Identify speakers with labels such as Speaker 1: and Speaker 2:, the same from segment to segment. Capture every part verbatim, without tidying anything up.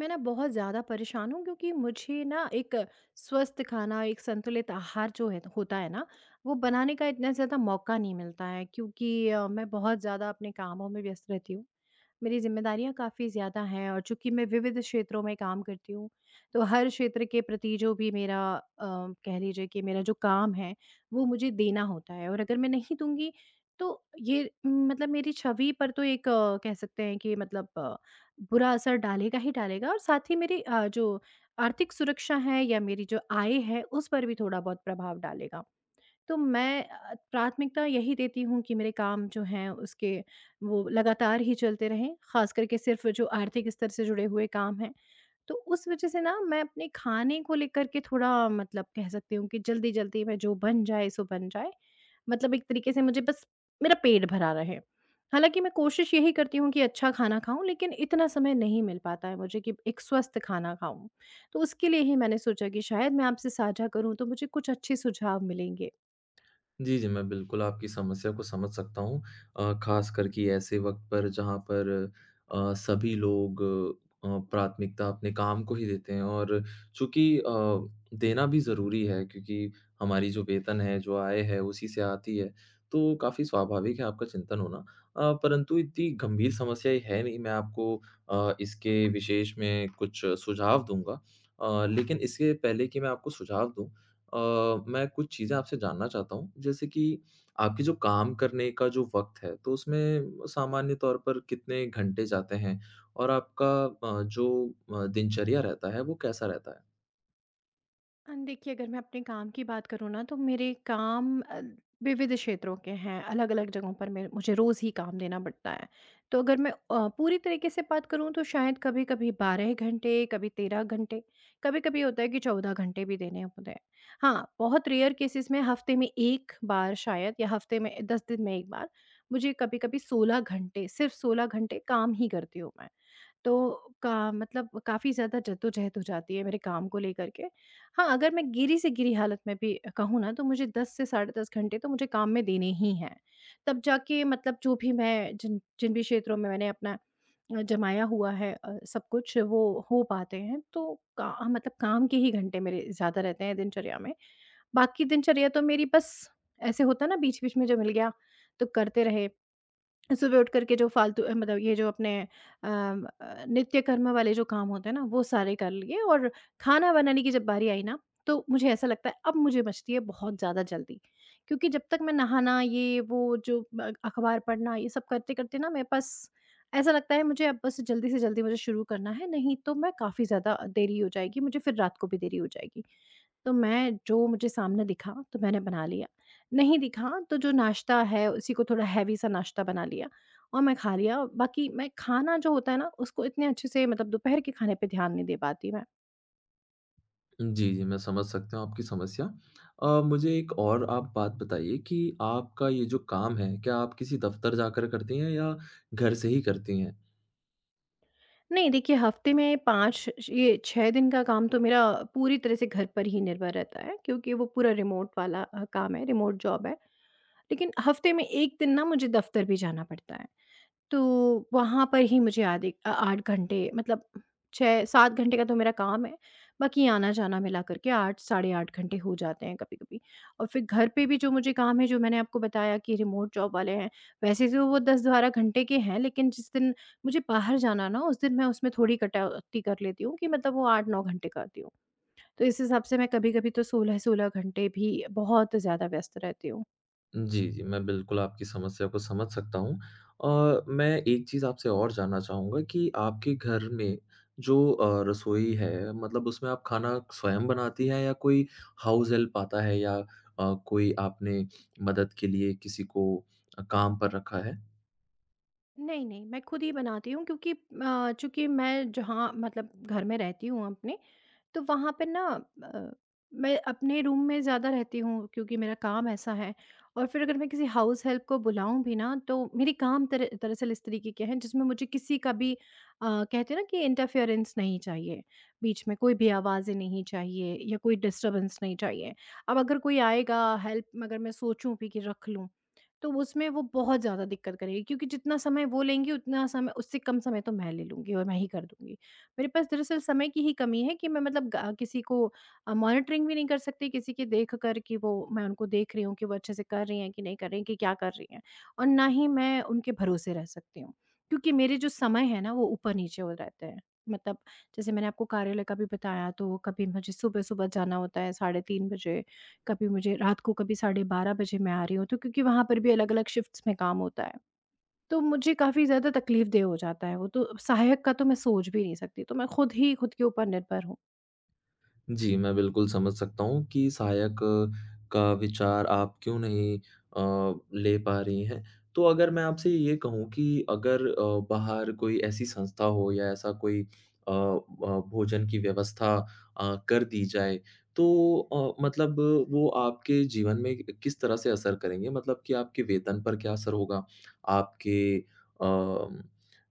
Speaker 1: मैं ना बहुत ज़्यादा परेशान हूँ क्योंकि मुझे ना एक स्वस्थ खाना, एक संतुलित आहार जो है होता है ना, वो बनाने का इतना ज़्यादा मौका नहीं मिलता है क्योंकि अ, मैं बहुत ज़्यादा अपने कामों में व्यस्त रहती हूँ। मेरी ज़िम्मेदारियाँ काफ़ी ज़्यादा हैं, और चूँकि मैं विविध क्षेत्रों में काम करती हूँ, तो हर क्षेत्र के प्रति जो भी मेरा अ, कह लीजिए कि मेरा जो काम है, वो मुझे देना होता है, और अगर मैं नहीं दूँगी, तो ये म, मतलब मेरी छवि पर तो एक अ, कह सकते हैं कि मतलब बुरा असर डालेगा ही डालेगा, और साथ ही मेरी अ, जो आर्थिक सुरक्षा है या मेरी जो आय है उस पर भी थोड़ा बहुत प्रभाव डालेगा। तो मैं अ, प्राथमिकता यही देती हूँ कि मेरे काम जो हैं उसके वो लगातार ही चलते रहें, ख़ास करके सिर्फ़ जो आर्थिक स्तर से जुड़े हुए काम हैं। तो उस वजह से ना मैं अपने खाने को लेकर के थोड़ा मतलब कह सकती हूँ कि जल्दी-जल्दी में जो बन जाए सो बन जाए। मतलब एक तरीके से मुझे बस मेरा पेट भरा रहे। हालाँकि मैं कोशिश यही करती हूँ कि अच्छा खाना खाऊँ, लेकिन इतना समय नहीं मिल पाता है मुझे कि एक स्वस्थ खाना खाऊँ। तो उसके लिए ही मैंने सोचा कि शायद मैं आपसे साझा करूँ तो मुझे कुछ अच्छे सुझाव मिलेंगे।
Speaker 2: जी, जी। मैं बिल्कुल आपकी समस्या को समझ सकता हूँ। अ, ख़ासकर कि ऐसे वक़्त पर जहाँ पर अ, सभी लोग अ, प्राथमिकता अपने काम को ही देते हैं और चूँकि अ, देना भी ज़रूरी है क्योंकि हमारी जो वेतन है, जो आय है, उसी से आती है। तो काफ़ी स्वाभाविक है आपका चिंतन होना। अ, परंतु इतनी गंभीर समस्या ये है नहीं, मैं आपको अ, इसके विशेष में कुछ सुझाव दूँगा। अ, लेकिन इससे पहले कि मैं आपको सुझाव दूँ अ, मैं कुछ चीज़ें आपसे जानना चाहता हूँ, जैसे कि आपके जो काम करने का जो वक़्त है, तो उसमें सामान्य तौर पर कितने घंटे जाते हैं? और आपका अ, जो अ, दिनचर्या रहता है, वो कैसा रहता है?
Speaker 1: अ, देखिए, अगर मैं अपने काम की बात करूँ ना तो मेरे काम अ, विविध क्षेत्रों के हैं, अलग-अलग जगहों पर मेरे मुझे रोज़ ही काम देना पड़ता है। तो अगर मैं अ, पूरी तरीके से बात करूँ तो शायद कभी-कभी बारह घंटे, कभी तेरह घंटे, कभी-कभी होता है कि चौदह घंटे भी देने होते हैं। हाँ, बहुत रेयर केसेस में हफ़्ते में एक बार शायद, या हफ़्ते में दस दिन में एक बार मुझे कभी-कभी सोलह घंटे, सिर्फ़ सोलह घंटे काम ही करती हूँ मैं। तो का मतलब काफ़ी ज़्यादा जद्दोजहद हो जाती है मेरे काम को लेकर के। हाँ, अगर मैं गिरी से गिरी हालत में भी कहूँ ना तो मुझे दस से साढ़े दस घंटे तो मुझे काम में देने ही हैं। तब जाके मतलब जो भी मैं, जिन जिन भी क्षेत्रों में मैंने अपना अ, जमाया हुआ है, अ, सब कुछ वो हो पाते हैं। तो का मतलब काम के ही घंटे मेरे ज़्यादा रहते हैं दिनचर्या में। बाकी दिनचर्या तो मेरी बस ऐसे होता है ना, बीच-बीच में जो मिल गया तो करते रहे। सुबह उठ करके जो फालतू अ, मतलब ये जो अपने अम, अ, नित्य कर्म वाले जो काम होते हैं ना, वो सारे कर लिए, और खाना बनाने की जब बारी आई ना तो मुझे ऐसा लगता है अब मुझे बचती है बहुत ज़्यादा जल्दी, क्योंकि जब तक मैं नहाना ये वो जो अ, अखबार पढ़ना ये सब करते करते ना मेरे पास ऐसा लगता है मुझे, अब बस जल्दी से जल्दी मुझे शुरू करना है, नहीं तो मैं काफ़ी ज़्यादा देरी हो जाएगी, मुझे फिर रात को भी देरी हो जाएगी। तो मैं जो मुझे सामने दिखा, तो मैंने बना लिया, नहीं दिखा तो जो नाश्ता है उसी को थोड़ा हैवी सा नाश्ता बना लिया और मैं खा लिया। बाकी मैं खाना जो होता है ना उसको इतने अच्छे से मतलब दोपहर के खाने पे ध्यान नहीं दे पाती मैं।
Speaker 2: जी, जी, मैं समझ सकता हूँ आपकी समस्या। अ, मुझे एक और आप बात बताइए कि आपका ये जो काम है, क्या आप किसी दफ़्तर जाकर करती हैं या घर से ही करती हैं?
Speaker 1: नहीं, देखिए हफ़्ते में पाँच ये छह दिन का काम तो मेरा पूरी तरह से घर पर ही निर्भर रहता है, क्योंकि वो पूरा रिमोट वाला अ, काम है, रिमोट जॉब है। लेकिन हफ़्ते में एक दिन ना मुझे दफ़्तर भी जाना पड़ता है। तो वहाँ पर ही मुझे आधे अ, आठ घंटे, मतलब छह सात घंटे का तो मेरा काम है, बाकी आना-जाना मिला करके आठ साढ़े आठ घंटे हो जाते हैं कभी-कभी। और फिर घर पे भी जो मुझे काम है, जो मैंने आपको बताया कि रिमोट जॉब वाले हैं, वैसे तो वो दस बारह घंटे के हैं, लेकिन जिस दिन मुझे बाहर जाना ना, उस दिन मैं उसमें थोड़ी कटौती कर लेती हूँ कि मतलब वो आठ नौ घंटे करती हूँ। तो इस हिसाब से मैं कभी-कभी तो सोलह सोलह घंटे भी बहुत ज़्यादा व्यस्त रहती हूँ।
Speaker 2: जी, जी। मैं बिल्कुल आपकी समस्या को समझ सकता हूँ। अ, मैं एक चीज़ आपसे और जानना चाहूँगा कि आपके घर में जो अ, रसोई है मतलब उसमें आप खाना स्वयं बनाती हैं या कोई हाउस हेल्प आता है या अ, कोई आपने मदद के लिए किसी को अ, काम पर रखा है?
Speaker 1: नहीं, नहीं, मैं खुद ही बनाती हूँ, क्योंकि अ, चूँकि मैं जहाँ मतलब घर में रहती हूँ अपने, तो वहाँ पे ना अ, मैं अपने रूम में ज़्यादा रहती हूँ, क्योंकि मेरा काम ऐसा है। और फिर अगर मैं किसी हाउस हेल्प को बुलाऊं भी ना तो मेरे काम तर, दरअसल इस तरीके के हैं, जिसमें मुझे किसी का भी अ, कहते हैं ना कि इंटरफेरेंस नहीं चाहिए, बीच में कोई भी आवाज़ें नहीं चाहिए या कोई डिस्टरबेंस नहीं चाहिए। अब अगर कोई आएगा, हेल्प अगर मैं सोचूं भी कि रख लूं, तो उसमें वो बहुत ज़्यादा दिक्कत करेगी, क्योंकि जितना समय वो लेंगी उतना समय, उससे कम समय तो मैं ले लूंगी और मैं ही कर दूंगी। मेरे पास दरअसल समय की ही कमी है कि मैं मतलब गा किसी को अ, मॉनिटरिंग भी नहीं कर सकती, किसी की देख कर कि वो, मैं उनको देख रही हूँ कि वो अच्छे से कर रही हैं कि नहीं कर रही हैं कि क्या कर रही हैं, और ना ही मैं उनके भरोसे रह सकती हूँ, क्योंकि मेरे जो समय है ना वो ऊपर नीचे हो रहते हैं। मतलब जैसे मैंने आपको कार्यालय का भी बताया, तो कभी मुझे सुबह सुबह जाना होता है साढ़े तीन बजे, कभी मुझे रात को कभी साढ़े बारह बजे मैं आ रही हूँ, तो क्योंकि वहाँ पर भी अलग अलग शिफ्ट्स में काम होता है। तो मुझे काफ़ी ज़्यादा तकलीफ़देह हो जाता है वो, तो सहायक का तो मैं सोच भी नहीं सकती, तो मैं खुद ही खुद के ऊपर निर्भर हूँ।
Speaker 2: जी, मैं बिल्कुल समझ सकता हूँ कि सहायक अ, का विचार आप क्यों नहीं अ, ले पा रही हैं। तो अगर मैं आपसे ये कहूँ कि अगर अ, बाहर कोई ऐसी संस्था हो या ऐसा कोई अ अ, भोजन की व्यवस्था अ, कर दी जाए, तो अ, मतलब वो आपके जीवन में किस तरह से असर करेंगे? मतलब कि आपके वेतन पर क्या असर होगा? आपके अम,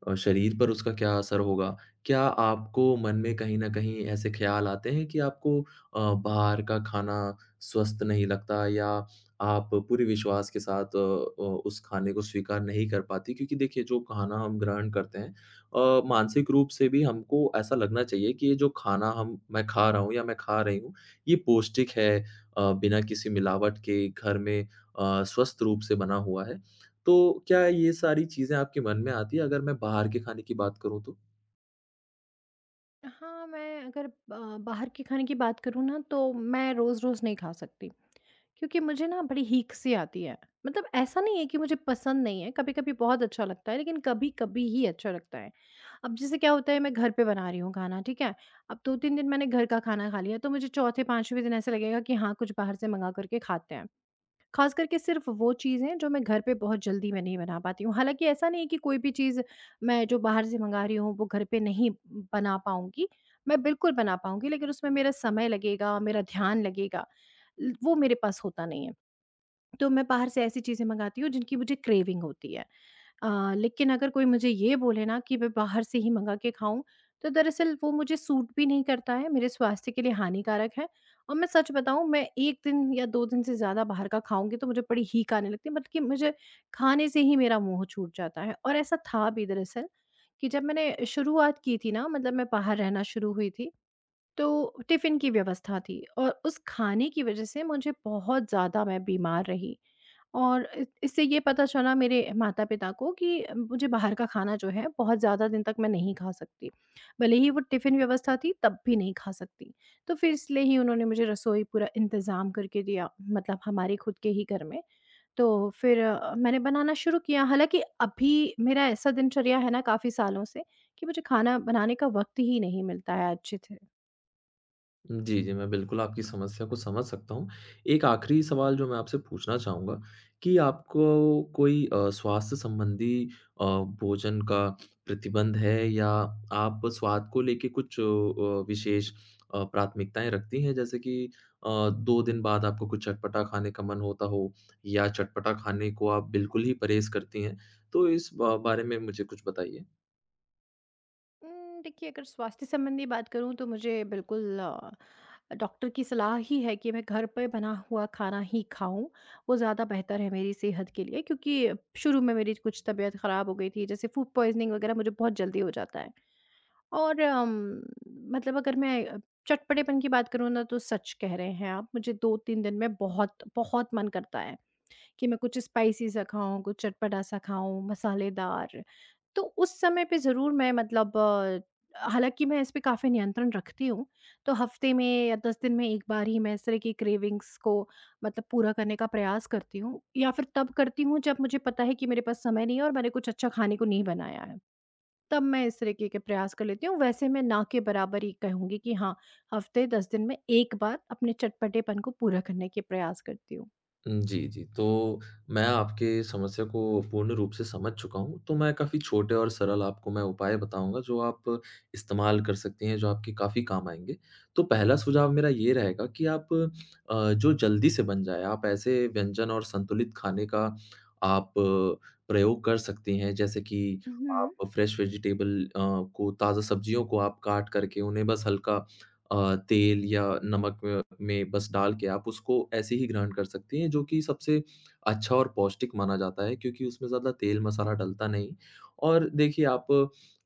Speaker 2: अ, शरीर पर उसका क्या असर होगा? क्या आपको मन में कहीं न कहीं ऐसे ख़्याल आते हैं कि आपको अ, बाहर का खाना स्वस्थ नहीं लगता या आप पूरे विश्वास के साथ अ अ, उस खाने को स्वीकार नहीं कर पाती? क्योंकि देखिए जो खाना हम ग्रहण करते हैं अ, मानसिक रूप से भी हमको ऐसा लगना चाहिए कि ये जो खाना हम मैं खा रहा हूँ या मैं खा रही हूँ, ये पौष्टिक है, अ, बिना किसी मिलावट के घर में अ, स्वस्थ रूप से बना हुआ है। तो क्या ये सारी चीज़ें आपके मन में आती हैं अगर मैं बाहर के खाने की बात करूँ तो?
Speaker 1: हाँ, मैं अगर ब बाहर के खाने की बात करूँ ना तो मैं रोज़-रोज़ नहीं खा सकती, क्योंकि मुझे ना बड़ी हीक सी आती है। मतलब ऐसा नहीं है कि मुझे पसंद नहीं है, कभी-कभी बहुत अच्छा लगता है, लेकिन कभी-कभी ही अच्छा लगता है। अब जैसे क्या होता है, मैं घर पे बना रही हूँ खाना, ठीक है? अब दो तीन दिन मैंने घर का खाना खा लिया, तो मुझे चौथे पाँचवें दिन ऐसा लगेगा कि हाँ, कुछ बाहर से मंगा कर के खाते हैं। ख़ास करके सिर्फ़ वो चीज़ें जो मैं घर पे बहुत जल्दी मैं नहीं बना पाती हूँ। हालाँकि ऐसा नहीं है कि कोई भी चीज़ मैं जो बाहर से मँगा रही हूँ वो घर पे नहीं बना पाऊँगी। मैं बिल्कुल बना पाऊँगी, लेकिन उसमें मेरा समय लगेगा, मेरा ध्यान लगेगा। ल वो मेरे पास होता नहीं है। तो मैं बाहर से ऐसी चीज़ें मँगाती हूँ जिनकी मुझे क्रेविंग होती है। अ, लेकिन अगर कोई मुझे ये बोले ना कि मैं बाहर से ही मँगा के खाऊँ, तो दरअसल वो मुझे सूट भी नहीं करता है, मेरे स्वास्थ्य के लिए हानिकारक है। और मैं सच बताऊँ, मैं एक दिन या दो दिन से ज़्यादा बाहर का खाऊँगी तो मुझे बड़ी हीक आने लगती है, बल्कि मुझे खाने से ही मेरा मुँह छूट जाता है। और ऐसा था भी दरअसल, कि जब मैंने शुरुआत की थी ना, मतलब मैं बाहर रहना शुरू हुई थी, तो टिफ़िन की व्यवस्था थी और उस खाने की वज़ह से मुझे बहुत ज़्यादा मैं बीमार रही। और इ इससे ये पता चला मेरे माता-पिता को कि मुझे बाहर का खाना जो है बहुत ज़्यादा दिन तक मैं नहीं खा सकती। भले ही वो टिफ़िन व्यवस्था थी तब भी नहीं खा सकती। तो फिर इसलिए ही उन्होंने मुझे रसोई पूरा इंतज़ाम करके दिया, मतलब हमारे खुद के ही घर में। तो फिर अ, मैंने बनाना शुरू किया, हालाँकि अभी मेरा ऐसा दिनचर्या है ना काफ़ी सालों से कि मुझे खाना बनाने का वक़्त ही नहीं मिलता है अच्छे से।
Speaker 2: जी, जी। मैं बिल्कुल आपकी समस्या को समझ सकता हूँ। एक आखिरी सवाल जो मैं आपसे पूछना चाहूँगा कि आपको कोई अ, स्वास्थ्य संबंधी अ, भोजन का प्रतिबंध है या आप स्वाद को लेके कुछ अ अ, विशेष अ, प्राथमिकताएँ रखती हैं? जैसे कि अ, दो दिन बाद आपको कुछ चटपटा खाने का मन होता हो या चटपटा खाने को आप बिल्कुल ही परहेज़ करती हैं? तो इस ब बारे में मुझे कुछ बताइए।
Speaker 1: उम, देखिए, अगर स्वास्थ्य संबंधी बात करूँ तो मुझे बिल्कुल अ, डॉक्टर की सलाह ही है कि मैं घर पे बना हुआ खाना ही खाऊँ। वो ज़्यादा बेहतर है मेरी सेहत के लिए, क्योंकि शुरू में मेरी कुछ तबीयत ख़राब हो गई थी, जैसे फूड पॉइज़निंग वग़ैरह मुझे बहुत जल्दी हो जाता है। और अम, मतलब अगर मैं अ, चटपटेपन की बात करूँ ना तो सच कह रहे हैं आप, मुझे दो तीन दिन में बहुत, बहुत मन करता है। कि मैं कुछ स्पाइसी सा खाऊँ, कुछ चटपटा-सा खाऊँ, मसालेदार। तो उस समय पे ज़रूर मैं मतलब अ, हालाँकि मैं इस पे काफ़ी नियंत्रण रखती हूँ, तो हफ़्ते में या दस दिन में एक बार ही मैं इस तरह की क्रेविंग्स को मतलब पूरा करने का प्रयास करती हूँ, या फिर तब करती हूँ जब मुझे पता है कि मेरे पास समय नहीं है और मैंने कुछ अच्छा खाने को नहीं बनाया है, तब मैं इस तरीके के प्रयास कर लेती हूँ। वैसे मैं ना के बराबर ही कहूँगी कि हाँ, हफ़्ते दस दिन में एक बार अपने चटपटेपन को पूरा करने के प्रयास करती हूँ।
Speaker 2: उम, जी, जी। तो मैं आपके समस्या को पूर्ण रूप से समझ चुका हूँ। तो मैं काफ़ी छोटे और सरल आपको मैं उपाय बताऊँगा जो आप इस्तेमाल कर सकती हैं, जो आपके काफ़ी काम आएँगे। तो पहला सुझाव मेरा ये रहेगा कि आप अ, जो जल्दी से बन जाए, आप ऐसे व्यंजन और संतुलित खाने का आप अ, प्रयोग कर सकती हैं। जैसे कि
Speaker 1: हुँ,
Speaker 2: आप फ्रेश वेजिटेबल अ, को ताज़ा सब्जियों को आप काट करके उन्हें बस हल्का अ, तेल या नमक अ, में बस डाल के आप उसको ऐसे ही ग्राइंड कर सकती हैं, जो कि सबसे अच्छा और पौष्टिक माना जाता है क्योंकि उसमें ज़्यादा तेल मसाला डलता नहीं। और देखिए आप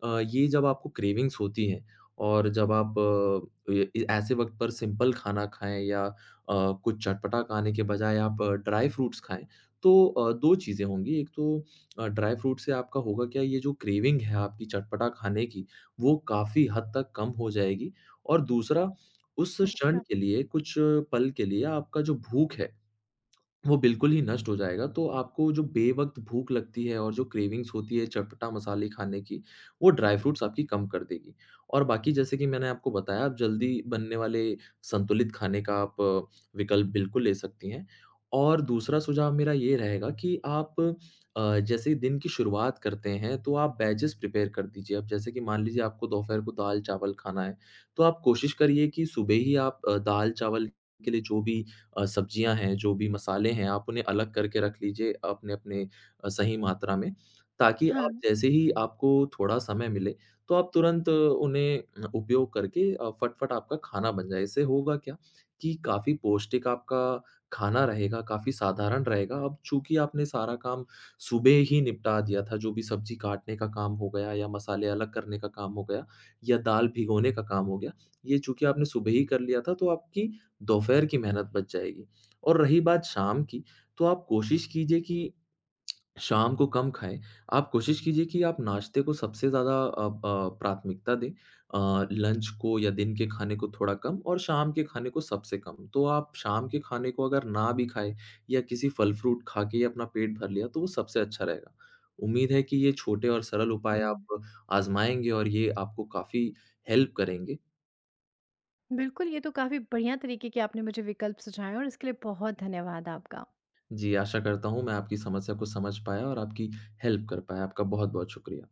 Speaker 2: अ, ये जब आपको क्रेविंग्स होती हैं और जब आप अ, ए ए ऐसे वक़्त पर सिंपल खाना खाएँ या अ, कुछ चटपटा खाने के बजाय आप ड्राई फ्रूट्स खाएँ, तो अ, दो चीज़ें होंगी। एक तो अ, ड्राई फ्रूट से आपका होगा क्या, ये जो क्रेविंग है आपकी चटपटा खाने की, वो काफ़ी हद तक कम हो जाएगी और दूसरा उस क्षण
Speaker 1: अच्छा।
Speaker 2: के लिए कुछ पल के लिए आपका जो भूख है, वो बिल्कुल ही नष्ट हो जाएगा, तो आपको जो बेवक़्त भूख लगती है और जो क्रेविंग्स होती है चटपटा मसाले खाने की, वो ड्राई फ्रूट्स आपकी कम कर देगी। और बाकी जैसे कि मैंने आपको बताया आप जल्दी बनने वाले संतुलित खाने का आप अ, विकल्प बिल्कुल ले सकती हैं। और दूसरा सुझाव मेरा ये रहेगा कि आप अ, जैसे दिन की शुरुआत करते हैं, तो आप बैचेज़ प्रिपेयर कर दीजिए। अब जैसे कि मान लीजिए आपको दोपहर को दाल-चावल खाना है, तो आप कोशिश करिए कि सुबह ही आप अ, दाल-चावल के लिए जो भी अ, सब्जियाँ हैं, जो भी मसाले हैं, आप उन्हें अलग करके रख लीजिए अपने-अपने अ, सही मात्रा में, ताकि आप जैसे ही आपको थोड़ा समय मिले, तो आप तुरंत उन्हें उपयोग करके अ, फटफट आपका खाना बन जाए। इससे होगा क्या कि काफ़ी पौष्टिक आपका खाना रहेगा, काफ़ी साधारण रहेगा। अब चूँकि आपने सारा काम सुबह ही निपटा दिया था, जो भी सब्जी काटने का काम हो गया या मसाले अलग करने का काम हो गया या दाल भिगोने का काम हो गया, ये चूँकि आपने सुबह ही कर लिया था, तो आपकी दोपहर की मेहनत बच जाएगी और रही बात शाम की, तो आप कोशिश कीजिए कि शाम को कम खाएँ। आप कोशिश कीजिए कि आप नाश्ते को सबसे ज़्यादा अ, प प्राथमिकता दें। अ, लंच को या दिन के खाने को थोड़ा कम और शाम के खाने को सबसे कम। तो आप शाम के खाने को अगर ना भी खाएँ या किसी फल-फ्रूट खा के ही अपना पेट भर लिया, तो वो सबसे अच्छा रहेगा। उम्मीद है कि ये छोटे और सरल उपाय
Speaker 1: हुँ।
Speaker 2: आप आज़माएँगे और ये आपको काफ़ी हेल्प करेंगे।
Speaker 1: बिल्कुल, ये तो काफ़ी बढ़िया तरीके के आपने मुझे विकल्प सुझाए, और इसके लिए बहुत धन्यवाद आपका।
Speaker 2: जी, आशा करता हूँ मैं आपकी समस्या को समझ पाया और आपकी हेल्प कर पाया। आपका बहुत-बहुत शुक्रिया।